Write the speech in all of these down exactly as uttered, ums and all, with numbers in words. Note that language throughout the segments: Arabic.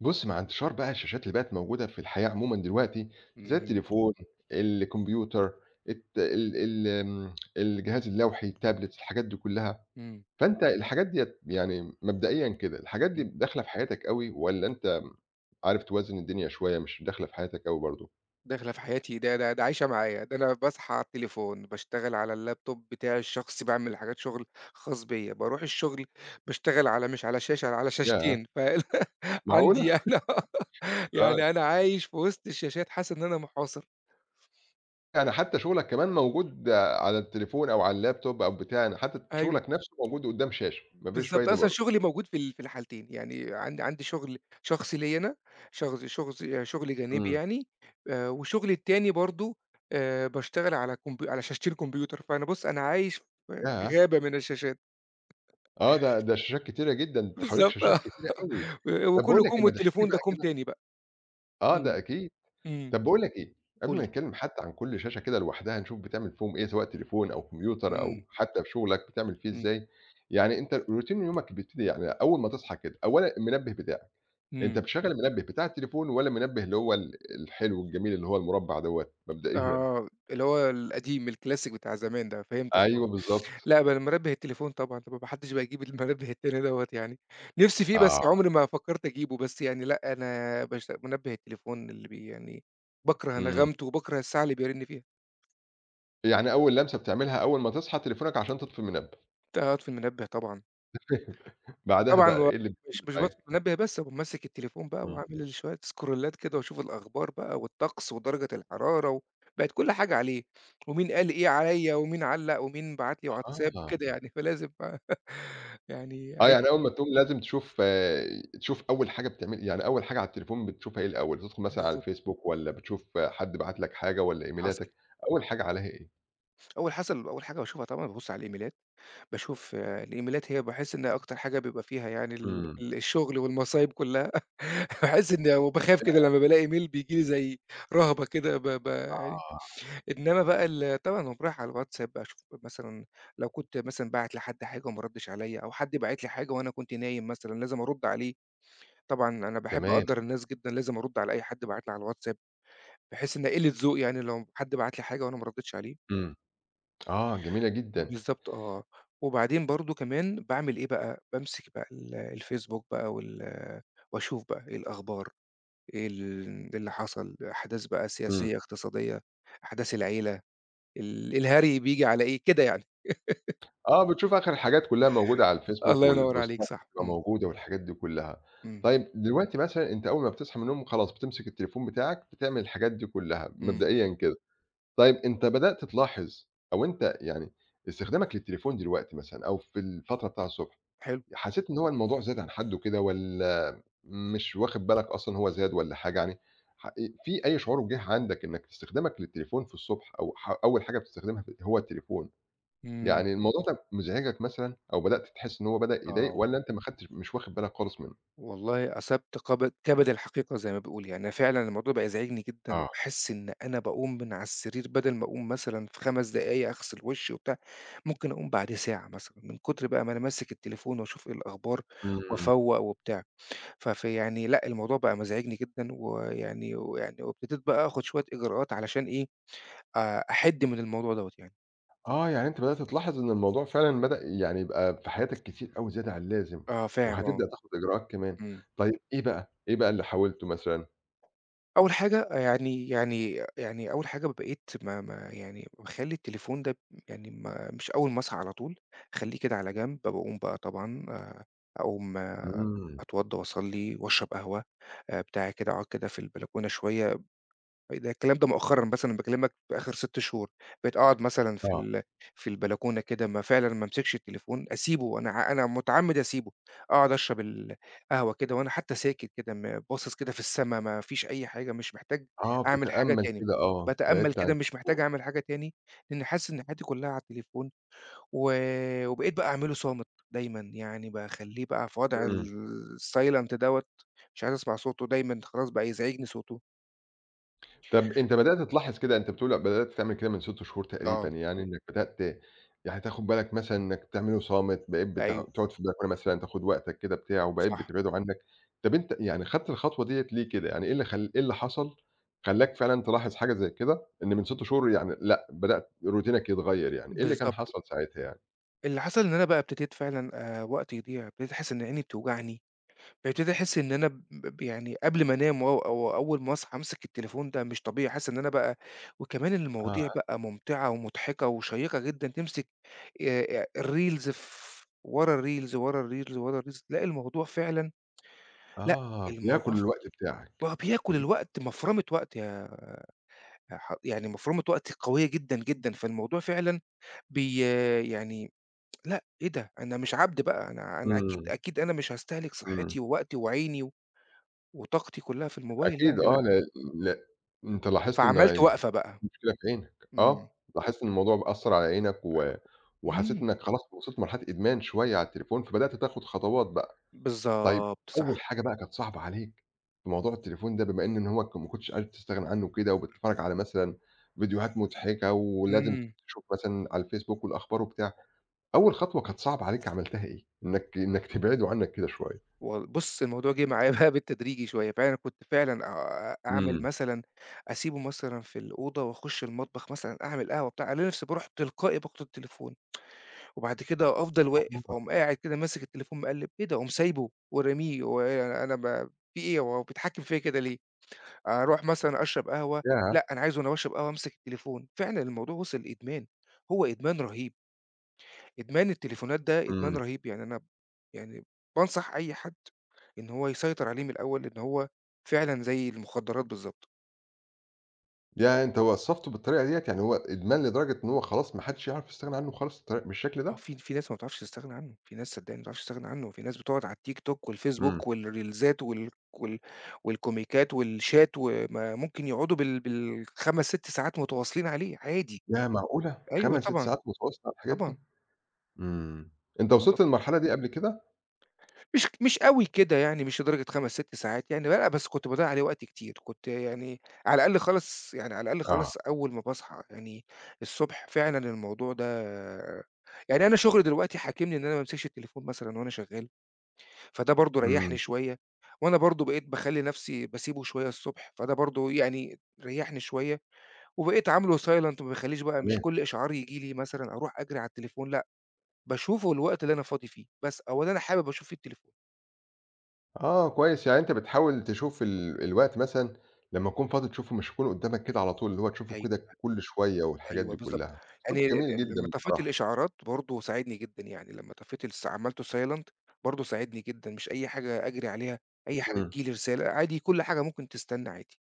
بُص، مع انتشار بقى الشاشات اللي بقت موجودة في الحياة عمومًا دلوقتي، زي إمم. إمم. التليفون، الكمبيوتر، الت ال ال آمم، الجهاز اللوحي، التابلت، الحاجات دي كلّها، إمم. فأنت الحاجات ديّة يعني مبدئيًا كده، الحاجات دي إمم. داخلة في حياتك أوي والّا أنت عارف توازن الدنيا شوية مش داخلة في حياتك أوي برضه؟ داخلة في حياتي ده ده ده عايشة معايا، ده أنا باصحى على التليفون، باشتغل على اللابتوب بتاعي الشخصي، باعمل حاجات شغل خاص بيّا، باروح الشغل باشتغل على مش على شاشة، على ياه! شاشتين ف معقولة! عندي أنا آه، يعني أنا عايش في وسط الشاشات، حاسس إن أنا محاصر. يعني حتى شغلك كمان موجود على التليفون أو على اللاب توب أو بتاع، يعني حتى أيوه. شغلك نفسه موجود قدّام شاشة، ما فيش بالضبط، فايدة أصلًا برضه. شغلي موجود في ال في الحالتين، يعني عندي عندي شغل شخصي ليّا أنا، شغ شغل شغل جانبي إمم، يعني. آآ، وشغلي التاني برضه آآ، باشتغل على كمب على شاشتين كمبيوتر، فأنا بُص أنا عايش في ياه! غابة من الشاشات. آه، ده ده شاشات كتيرة جدًا، أنت حواليك بالضبط شاشات آه. كتيرة أوي. و طب باقول وكل لك إيه، كُوم ما تحكي لي والتليفون بقى ده كُوم كده تاني بقى. آه، ده إمم. أكيد. إمم. طب باقول لك إيه، قبل قُل ما لي. نتكلم حتى عن كل شاشة كده لوحدها نشوف بتعمل فيهم إيه، سواء تليفون أو كمبيوتر أو إمم. حتى في شغلك بتعمل فيه إمم. إزاي، يعني أنت روتين يومك بيبتدي يعني أول ما تصحى كده، أولًا المنبه بتاعك، أنت إمم. بتشغّل المنبه بتاع التليفون والّا المنبه اللي هو ال الحلو الجميل اللي هو المربع دوّة مبدئيًا؟ آه، اللي هو القديم الكلاسيك بتاع زمان ده، فهمتك آه. أيوه بالضبط. لأ، ما المنبه التليفون طبعًا، طب ما حدش بقى يجيب المنبه التاني دوّة يعني، نِفْسي فيه بس آه، عمري ما فكّرت أجيبه، بس يعني لأ، أنا باشت منبه التليفون اللي بي يعني باكره إمم. نغمته وباكره الساعة اللي بيرن فيها. يعني أول لمسة بتعملها أول ما تصحى تليفونك عشان تطفي المنبه، لأ، هاطفي المنبه طبعًا. بعدها وطبعًا بقى و إيه اللي مش بيحصل مش باطفي معاك؟ المنبه بس، أقوم ماسك التليفون بقى إمم. وعامل شوية سكرولات كده واشوف الأخبار بقى والطقس ودرجة الحرارة و بقت كل حاجة عليه، ومين قال إيه عليّا ومين علّق ومين بعت لي واتساب آه. كده يعني، فلازم بقى يعني آه، أعيش. يعني أول ما تقوم لازم تشوف تشوف أول حاجة بتعمل يعني أول حاجة على التليفون بتشوفها إيه الأول؟ بتدخل مثلًا على بالضبط، الفيسبوك والّا بتشوف حد بعت لك حاجة والّا حصل. إيميلاتك؟ أول حاجة عليها إيه؟ أول حسب أول حاجة باشوفها طبعًا بابُص على الإيميلات، باشوف الإيميلات هي باحس إن أكتر حاجة بيبقى فيها يعني ال إمم. ال الشغل والمصايب كلّها. باحس إن وباخاف كده لمّا بالاقي إيميل بييجي لي زي رهبة كده ب ب يعني. آه، إنّما بقى ال طبعًا باقوم رايح على الواتساب أشوف، مثلًا لو كنت مثلًا باعت لحد حاجة وما ردّش عليّا أو حد باعت لي حاجة وأنا كنت نايم مثلًا لازم أرُد عليه، طبعًا أنا باحب تمام. أقدّر الناس جدًا، لازم أرُد على أي حد باعت لي على الواتساب، باحس إنها قِلّة ذوق يعني لو حد بعت لي حاجة وأنا ما ردّيتش عليه. إمم. آه، جميلة جدًا. بالضبط آه. وبعدين برضه كمان باعمل إيه بقى، بامسك بقى ال الفيسبوك بقى وال واشوف بقى إيه الأخبار، إيه ال اللي حصل، أحداث بقى إمم. سياسية، اقتصادية، أحداث العيلة، ال الهري بييجي على إيه، كده يعني. آه، بتشوف آخر الحاجات كُلّها موجودة على الفيسبوك الله ينوّر عليك، والبوستات صح. بتبقى إمم. موجودة والحاجات دي كُلّها. إمم. طيب دلوقتي مثلًا أنت أول ما بتصحى من النوم خلاص بتمسك التليفون بتاعك بتعمل الحاجات دي كُلّها إمم. مبدئيًا كده. طيب أنت بدأت تلاحظ أو أنت يعني استخدامك للتليفون دلوقتي مثلًا أو في الفترة بتاع الصبح، حلو. حسيت إن هو الموضوع زاد عن حدُّه كده والّا مش واخد بالك أصلًا هو زاد والّا حاجة يعني ح إيه، في أي شعور جِه عندك إنك استخدامك للتليفون في الصبح أو ح أول حاجة بتستخدمها ف هو التليفون، إمم. يعني الموضوع ده مزعجك مثلًا أو بدأت تحس إن هو بدأ يضايق آه. والّا أنت ما خدتش مش واخد بالك خالص منه؟ والله أصبت قب كبد الحقيقة زي ما بيقولوا، يعني أنا فعلًا الموضوع بقى يزعجني جدًا آه. وباحس إن أنا باقوم من على السرير بدل ما أقوم مثلًا في خمس دقايق أغسل وشي وبتاع، ممكن أقوم بعد ساعة مثلًا، من كتر بقى ما أنا ماسك التليفون وأشوف إيه الأخبار إمم. وأفوّق وبتاع. ف فيعني لأ، الموضوع بقى مزعجني جدًا ويعني ويعني وابتديت بقى آخُد شوية إجراءات علشان إيه، آآ أحِد من الموضوع دوّة يعني. آه، يعني أنتِ بدأتِ تلاحظي إن الموضوع فعلًا بدأ يعني يبقى في حياتِك كتير أوي زيادة عن اللازم، آه، فاهم، آه. وهتبدأ تاخد إجراءات كمان. إمم. طيب إيه بقى، إيه بقى اللي حاولتوا مثلًا؟ أول حاجة آه، يعني يعني يعني أول حاجة بقيت ما ما يعني باخلّي التليفون ده يعني ما مش أول ما أصحى على طول، أخلّيه كده على جنب، باقوم بقى طبعًا آآ أقوم إمم، أتوضّى وأصلّي وأشرب قهوة آآ بتاع كده، أقعد كده في البلكونة شوية، ده الكلام ده مؤخرًا بس أنا باكلمك في آخر ستة شهور، بقيت أقعد مثلًا في آه، ال في البلكونة كده ما فعلًا ما امسكش التليفون، أسيبه أنا ع أنا متعمد أسيبه، أقعد أشرب القهوة كده وأنا حتى ساكت كده م باصص كده في السما ما فيش أي حاجة، مش محتاج آه أعمل حاجة بتتأمل تاني، كده آه، باتأمل بعدت عن كده مش محتاج التليفون، أعمل حاجة تاني، لإني حاسس إن حياتي كلها على التليفون، و وبقيت بقى أعمله صامت دايمًا، يعني باخليه بقى في وضع إمم. الsilent دوّة، مش عايز أسمع صوته دايمًا خلاص بقى يزعجني صوته. طب أنت بدأت تلاحظ كده أنت بتقول بدأت تعمل كده من ست شهور تقريبًا آه. يعني إنّك بدأت يعني تاخُد بالك مثلًا إنّك تعمله صامت، بقيت بتع أيوه. تقعد في البلكونة مثلًا تاخُد وقتك كده بتاع وبقيت صح، بتبعده عنّك، طب أنت يعني خدت الخطوة ديّة ليه كده؟ يعني إيه اللي خل إيه اللي حصل خلّاك فعلًا تلاحظ حاجة زي كده إن من ستة شهور يعني لأ، بدأت روتينك يتغيّر يعني، إيه اللي كان بالضبط. حصل ساعتها يعني؟ اللي حصل إن أنا بقى ابتديت فعلًا آآ وقتي يضيع، ابتديت أحس إن عيني بتوجعني، ابتديت أحس إن أنا ب ب يعني قبل ما أنام و أو أول ما أصحى أمسك التليفون ده مش طبيعي، حاسس إن أنا بقى، وكمان المواضيع آه، بقى ممتعة ومضحكة وشيّقة جدًا، تمسك آآ الreels ف، ورا الreels، ورا الreels، ورا الreels، تلاقي الموضوع فعلًا، لأ، آه، بياكُل الموضوع الوقت بتاعك. بقى بياكل إمم، الوقت مفرمة وقت يا، يا ح يعني مفرمة وقت قوية جدًا، جدًا، فالموضوع فعلًا بي يعني، لأ، إيه ده! أنا مش عبد بقى، أنا أنا أكيد إمم، أكيد أنا مش هاستهلك إمم. صحتي ووقتي وعيني و- وطاقتي كلّها في الموبايل أكيد يعني آه، لأ، ل ل أنت لاحظت إن فعملت وقفة بقى. المشكلة في عينك، إمم. آه، لاحظت إن الموضوع أثّر على عينك و وحسيت إمم. إنك خلاص وصلت لمرحلة إدمان شوية على التليفون، فبدأت تاخد خطوات بقى. طيب بالضبط أول صح. حاجة بقى كانت صعبة عليك في موضوع التليفون ده، بما إن إن هو ك ما كنتش قادر تستغنى عنه كده، وبتتفرج على مثلًا فيديوهات مضحكة، ولازم إمم. تشوف مثلًا على الفيسبوك والأخبار وبتاع، أول خطوة كانت صعبة عليك عملتها إيه؟ إنك إنك تبعده عنك كده شوية. و بُص الموضوع جِه معايا بقى بالتدريجي شوية، فأنا كنت فعلًا آآ أعمل إمم، مثلًا، أسيبه مثلًا في الأوضة وأخُش المطبخ مثلًا أعمل قهوة بتاع، ألاقي نفسي باروح تلقائي باخد التليفون، وبعد كده أفضل واقف، آه، أقوم قاعد كده ماسك التليفون مقلِّب، إيه ده! أقوم سايبه وراميه، هو أنا ب في إيه هو بيتحكم فيّا كده ليه؟ أروح مثلًا أشرب قهوة، ياه! لأ أنا عايز وأنا باشرب قهوة أمسك التليفون، فعلًا الموضوع وصل لإدمان، هو إدمان رهيب، إدمان التليفونات ده إدمان إمم. رهيب، يعني أنا يعني بانصح أي حد إن هو يسيطر عليه من الأول، لإن هو فعلًا زي المخدرات بالضبط. يعني أنت وصّفته بالطريقة ديّة، يعني هو إدمان لدرجة إن هو خلاص ما حدش يعرف يستغنى عنه خالص بالطر بالشكل آه، ده؟ في في ناس ما بتعرفش تستغنى عنه، في ناس صدّقني ما بتعرفش تستغنى عنه، في ناس بتقعد على التيك توك إمم. والفيسبوك والريلزات وال وال والكوميكات والشات، وما ممكن يقعدوا بال بالخمس، ست ساعات متواصلين عليه عادي. ياه معقولة! أيوه خمسة، ستة طبعًا. ساعات متواصلة على الحاجات طبعًا. دي! إمم. أنت الموضوع وصلت للمرحلة دي قبل كده؟ مش مش أوي كده يعني، مش لدرجة خمس، ست ساعات يعني، لأ بس كنت باضيّع عليه وقت كتير، كنت يعني على الأقل خالص يعني على الأقل آه، خالص أول ما باصحى يعني الصبح فعلًا الموضوع ده، يعني أنا شغلي دلوقتي حاكمني إن أنا ما امسكش التليفون مثلًا وأنا شغّال، فده برضه إمم. ريّحني شوية، وأنا برضه بقيت باخلّي نَفْسي باسيبه شوية الصبح، فده برضه يعني ريّحني شوية، وبقيت عامله silent ما باخلّيش بقى مش تمام، كل إشعار ييجي لي مثلًا أروح أجري على التليفون لأ، باشوفه الوقت اللي أنا فاضي فيه، بس أو اللي أنا حابب أشوف فيه التليفون. آه كويس، يعني أنت بتحاول تشوف ال الوقت مثلًا لمّا تكون فاضي تشوفه مش يكون قدّامك كده على طول، اللي هو تشوفه أيوه. كده كل شوية والحاجات دي أيوه بالضبط. كلّها، أسلوب يعني ل ل جميل جدًا لمّا طفّيت بصراحة. الإشعارات برضه ساعدني جدًا، يعني لمّا طفّيت الس عملته silent برضه ساعدني جدًا، مش أي حاجة أجري عليها، أي حاجة إمم. تيجي لي رسالة عادي كل حاجة ممكن تستنى عادي.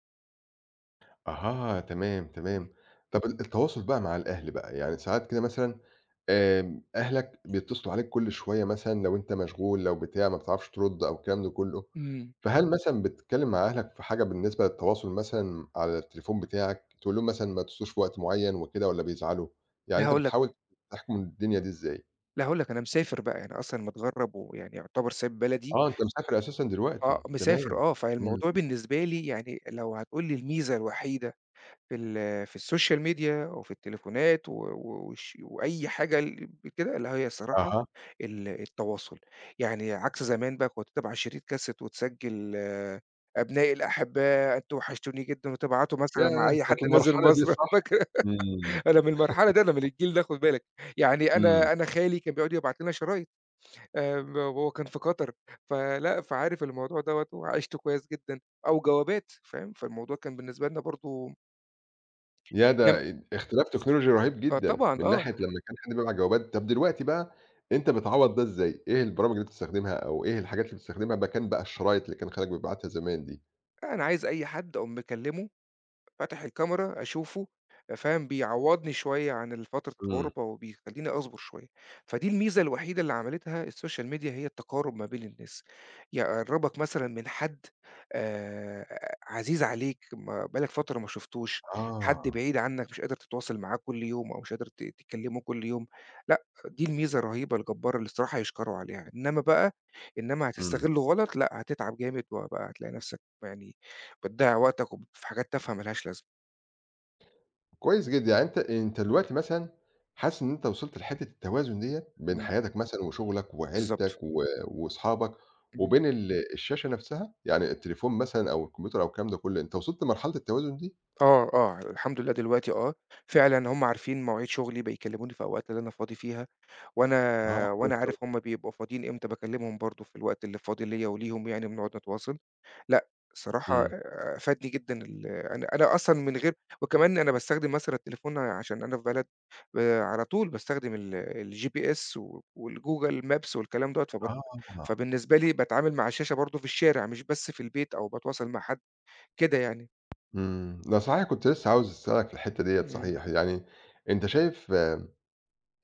أها، تمام، إمم. تمام. طَب ال التواصل بقى مع الأهل بقى، يعني ساعات كده مثلًا آمم، أهلك بيتصلوا عليك كل شوية مثلًا لو أنت مشغول، لو بتاع ما بتعرفش ترُد أو الكلام ده كُلّه، إمم. فهل مثلًا بتتكلّم مع أهلك في حاجة بالنسبة للتواصل مثلًا على التليفون بتاعك، تقول لهم مثلًا ما تتصلوش في وقت معيّن وكده والّا بيزعلوا؟ يعني لا أنت هاقول بتحاول لك تحكُم الدنيا دي إزاي؟ لا هاقول لك أنا مسافر بقى، أنا أصلًا متغرّب ويعني يعتبر سايب بلدي. آه، أنت مسافر أساسًا آه، دلوقتي، مسافر تمام. آه، فالموضوع إمم، بالنسبة لي يعني لو هتقول لي الميزة الوحيدة في ال في السوشيال ميديا أو في التليفونات و و وش وأي حاجة ال كده اللي هي الصراحة أها، ال التواصل، يعني عكس زمان بقى كنت تبعت شريط كاسيت وتسجّل آه، أبنائي الأحباء أنتم وحشتوني جدًا وتبعته مثلًا مع ياه! أي حد كانت نازل المرحلة دي مصر صح؟ فاكرة. إمم، أنا من المرحلة دي أنا من الجيل ده خُد بالك، يعني إمم. أنا أنا خالي كان بيقعد يبعت لنا شرايط، آمم، وهو كان في قطر فلأ، فعارف الموضوع دوّة وعِشته كويس جدًا أو جوابات فاهم، فالموضوع كان بالنسبة لنا برضه يا نم ده اد اختلاف تكنولوجي رهيب آه جدًا، طبعًا من آه. ناحية لمّا كان حد بيبعت جوابات، طب دلوقتي بقى أنت بتعوّض ده إزاي؟ إيه البرامج اللي بتستخدمها أو إيه الحاجات اللي بتستخدمها مكان بقى الشرايط اللي كان خالك بيبعتها زمان دي؟ لأ، أنا عايز أي حد أقوم مكلّمه، فاتح الكاميرا أشوفه فاهم، بيعوّضني شوية عن ال فترة إمم. الغُربة وبيخلّيني أصبر شوية، فدي الميزة الوحيدة اللي عملتها السوشيال ميديا هي التقارُب ما بين الناس، يقرّبك مثلًا من حد آآ عزيز عليك ما بقى لك فترة ما شُفتوش، حد آه، بعيد عنّك مش قادر تتواصل معاه كل يوم أو مش قادر ت تكلّمه كل يوم، لأ، دي الميزة الرهيبة الجبّارة اللي الصراحة يُشكروا عليها، إنّما بقى إنّما إمم، هتستغلّه غلط لأ، هتتعب جامد وبقى هتلاقي نَفْسك يعني بتضيّع وقتك وب في حاجات تافهة ما لهاش لازمة. كويس جدًا، يعني أنت أنت دلوقتي مثلًا حاسس إن أنت وصلت لحتة التوازن ديّة بين إمم. حياتك مثلًا وشغلك بالضبط. وعيلتك و وأصحابك وبين ال الشاشة نفسها؟ يعني التليفون مثلًا أو الكمبيوتر أو الكلام ده كله، أنت وصلت لمرحلة التوازن دي؟ آه، آه، الحمد لله دلوقتي آه، فعلًا هُم عارفين مواعيد شغلي، بيكلموني في الأوقات اللي أنا فاضي فيها، وأنا آه، كويس وأنا أوي، عارف هُم بيبقوا فاضيين إمتى، باكلمهم برضه في الوقت اللي فاضي ليّا وليهم يعني بنقعد نتواصل. لأ، الصراحة إمم. آآ، فادني جدًا ال أنا أنا أصلًا من غير، وكمان أنا باستخدم مثلًا التليفون عشان أنا في بلد، آآ، على طول باستخدم ال الGPS و والGoogle Maps والكلام دوّة، فبت آه. فبالنسبة لي باتعامل مع الشاشة برضه في الشارع، مش بس في البيت أو باتواصل مع حد، كده يعني. إمم، ده صحيح كنت لسه عاوز أسألك في الحتّة ديّة إمم. صحيح، يعني أنت شايف آه،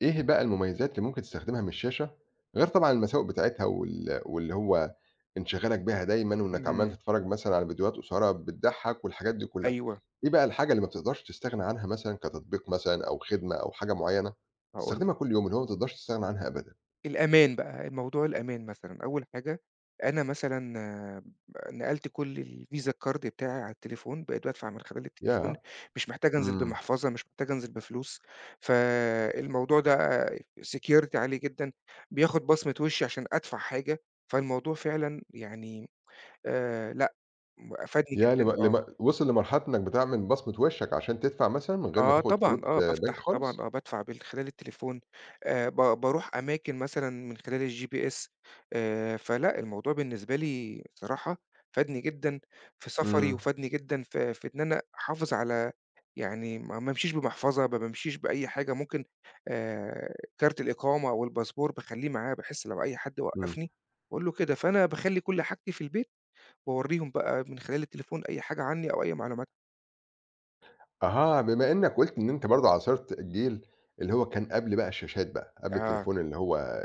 إيه بقى المميزات اللي ممكن تستخدمها من الشاشة، غير طبعًا المساوئ بتاعتها وال واللي هو انشغالك بيها دايمًا وإنك عمّال إمم. تتفرّج مثلًا على فيديوهات قصيرة بتضحّك والحاجات دي كلّها، أيوه، إيه بقى الحاجة اللي ما بتقدرش تستغنى عنها مثلًا كتطبيق مثلًا أو خدمة أو حاجة معيّنة، هاقول لك. تستخدمها كل يوم اللي هو ما تقدرش تستغنى عنها أبدًا؟ الأمان بقى، موضوع الأمان مثلًا، أول حاجة أنا مثلًا نقلت كل الVisa card بتاعي على التليفون، بقيت بادفع من خلال التليفون، ياه! مش محتاج أنزل إمم، بمحفظة، مش محتاج أنزل بفلوس، فالموضوع ده security عالي جدًا، بياخد بصمة وشي عشان أدفع حاجة، فالموضوع فعلًا يعني آآ لأ، م أفادني ياه لم جدًا، آه. لم وصل لمرحلة إنك بتعمل بصمة وشّك عشان تدفع مثلًا من غير ما آه تاخد طبعًا، كروت آه آه، بنك بافتح طبعًا خالص؟ آه، بادفع من خلال التليفون، آآ ب باروح أماكن مثلًا من خلال الGPS، آآ، فلأ الموضوع بالنسبة لي صراحة فادني جدًا في سفري، إمم، وفادني جدًا في في إن أنا أحافظ على، يعني ما ما امشيش بمحفظة، ما بامشيش بأي حاجة ممكن، آآ، كارت الإقامة أو الباسبور باخليه معايا بحيث لو أي حد إمم. وقّفني باقول له كده، فأنا باخلّي كل حاجتي في البيت، واورّيهم بقى من خلال التليفون أي حاجة عني أو أي معلومات. أها، بما إنّك قُلت إن أنت برضه عاصرت الجيل اللي هو كان قبل بقى الشاشات بقى، قبل آه. التليفون اللي هو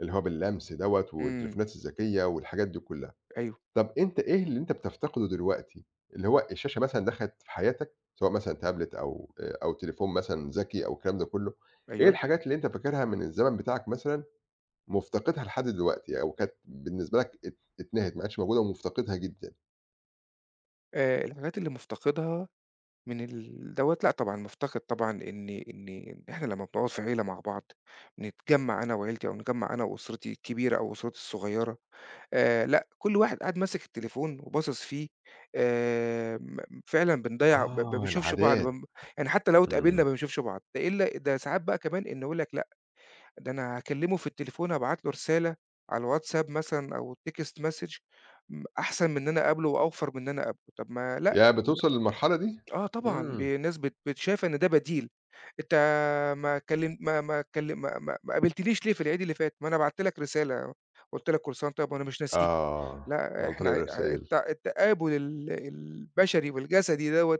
اللي هو باللمس دوّة إمم. والتليفونات الذكية والحاجات دي كُلّها. أيوه. طَب أنت إيه اللي أنت بتفتقده دلوقتي؟ اللي هو الشاشة مثلًا دخلت في حياتك، سواء مثلًا تابلت أو آآ أو تليفون مثلًا ذكي أو الكلام ده كُلّه، إيه أيوه. الحاجات اللي أنت فاكرها من الزمن بتاعك مثلًا مفتقدها لحد دلوقتي أو كانت بالنسبة لك ات اتنهت ما عادش موجودة ومفتقدها جدًا؟ آآ الحاجات اللي مُفتقدها من ال دوّة، لأ طبعًا مُفتقد طبعًا إن إن إن إحنا لمّا بنقعد في عيلة مع بعض، نتجمّع أنا وعيلتي أو نتجمّع أنا وأسرتي الكبيرة أو أسرتي الصغيرة، آآ لأ، كل واحد قاعد ماسك التليفون وباصص فيه، آآ م فعلًا بنضيّع ب ب- ما آه، بنشوفش بعض، العادات. بم يعني حتى لو إمم. اتقابلنا ما بنشوفش بعض، ده إلا ده ساعات بقى كمان إنه يقول لك لأ، ده أنا هاكلمه في التليفون هابعت له رسالة على الواتساب مثلًا أو text message م أحسن من إن أنا أقابله وأوفر من إن أنا أقابله، طب ما لأ. ياه! بتوصل للمرحلة دي؟ آه طبعًا، ب إمم. الناس بت بت شايفة إن ده بديل، أنت ما كلم ما ما كلم ما ما ما قابلتنيش ليه في العيد اللي فات؟ ما أنا بعت لك رسالة، قُلت لك كل سنة وأنت طيب وأنا مش ناسيك، آه، لأ عن إحنا طريق ع الرسايل، الت التقابل ال البشري والجسدي دوّة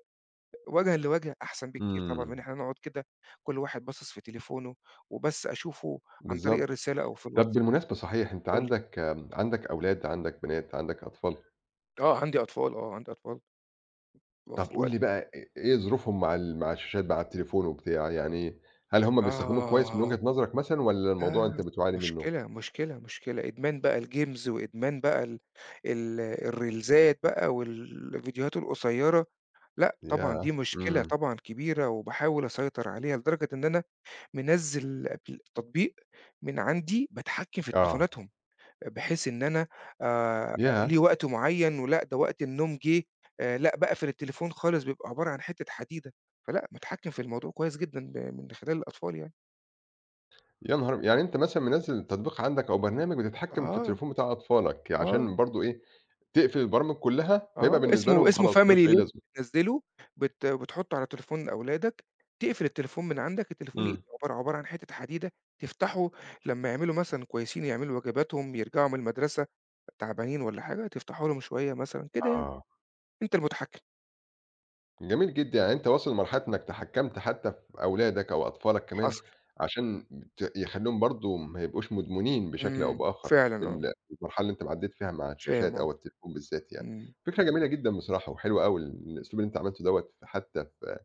وجهًا لوجه أحسن بكتير طبعًا من إمم، إن إحنا نقعد كده كل واحد باصص في تليفونه، وبس أشوفه عن طريق بالضبط. الرسالة أو في طَب الواتساب. بالمناسبة صحيح أنت قُل لي. عندك عندك أولاد، عندك بنات، عندك أطفال، آه عندي أطفال، آه عندي أطفال، طَب وفي قُل لي الوقت. بقى إ إيه ظروفهم مع ال مع الشاشات بقى على التليفون وبتاع، يعني هل هُم بيستخدموه كويس من وجهة آه. نظرك مثلًا والّا الموضوع آه، أنت بتعاني منه؟ مشكلة، مشكلة، مشكلة، إدمان بقى الجيمز وإدمان بقى ال ال الريلزات بقى والفيديوهات القصيرة، لأ طبعًا دي ياه! مشكلة إمم، طبعًا كبيرة وباحاول أسيطر عليها لدرجة إن أنا منزّل أبل تطبيق من عندي باتحكّم في آه، تليفوناتهم، بحيث إن أنا آآ ياه! ليه وقت معيّن ولأ ده وقت النوم جِه، آآ لأ باقفل التليفون خالص بيبقى عبارة عن حتّة حديدة، فلأ متحكّم في الموضوع كويس جدًا ب من خلال الأطفال يعني. يا نهار أب يعني أنت مثلًا منزّل تطبيق عندك أو برنامج بتتحكم في آه. التليفون بتاع أطفالك، عشان آه. برضه إيه، تقفل البرامج كلّها فيبقى آه، بالنسبة اسمه لهم اسمه خلاص ما لوش family أي link لازمة، بتنزّله بت بتحطّه على تليفون أولادك، تقفل التليفون من عندك، التليفون إمم، يبقى عبارة عبارة عن حتّة حديدة، تفتحه لمّا يعملوا مثلًا كويسين، يعملوا واجباتهم، يرجعوا من المدرسة تعبانين والّا حاجة، تفتحه لهم شوية مثلًا كده يعني، آه. أنت المتحكم. جميل جدًا، يعني أنت واصل لمرحلة إنك تحكّمت حتى في أولادك أو أطفالك كمان حصل. عشان ت يخلّيهم برضه ما يبقوش مدمنين بشكل أو إمم. بآخر فعلًا آه. بال بالمرحلة اللي أنت عدّيت فيها مع فاهم الشاشات آه. أو التليفون بالذات يعني. إمم. فكرة جميلة جدًا بصراحة وحلوة أوي الأسلوب اللي أنت عملته دوّة حتى في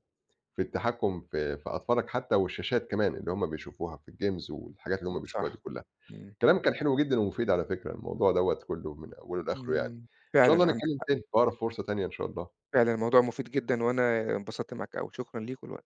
في التحكُّم في في أطفالك حتى والشاشات كمان اللي هم بيشوفوها في الجيمز والحاجات اللي هم بيشوفوها دي صح. كُلّها. إمم. كلامك كان حلو جدًا ومفيد على فكرة الموضوع دوّة كُلّه من أوله لآخره يعني. إمم. إن شاء الله فعلًا عندك نتكلّم حق، تاني في أقرب فرصة تانية إن شاء الله. فعلًا الموضوع مفيد جدًا، وأنا انبسطت معاك أوي، شكرًا ليك ولوقتك.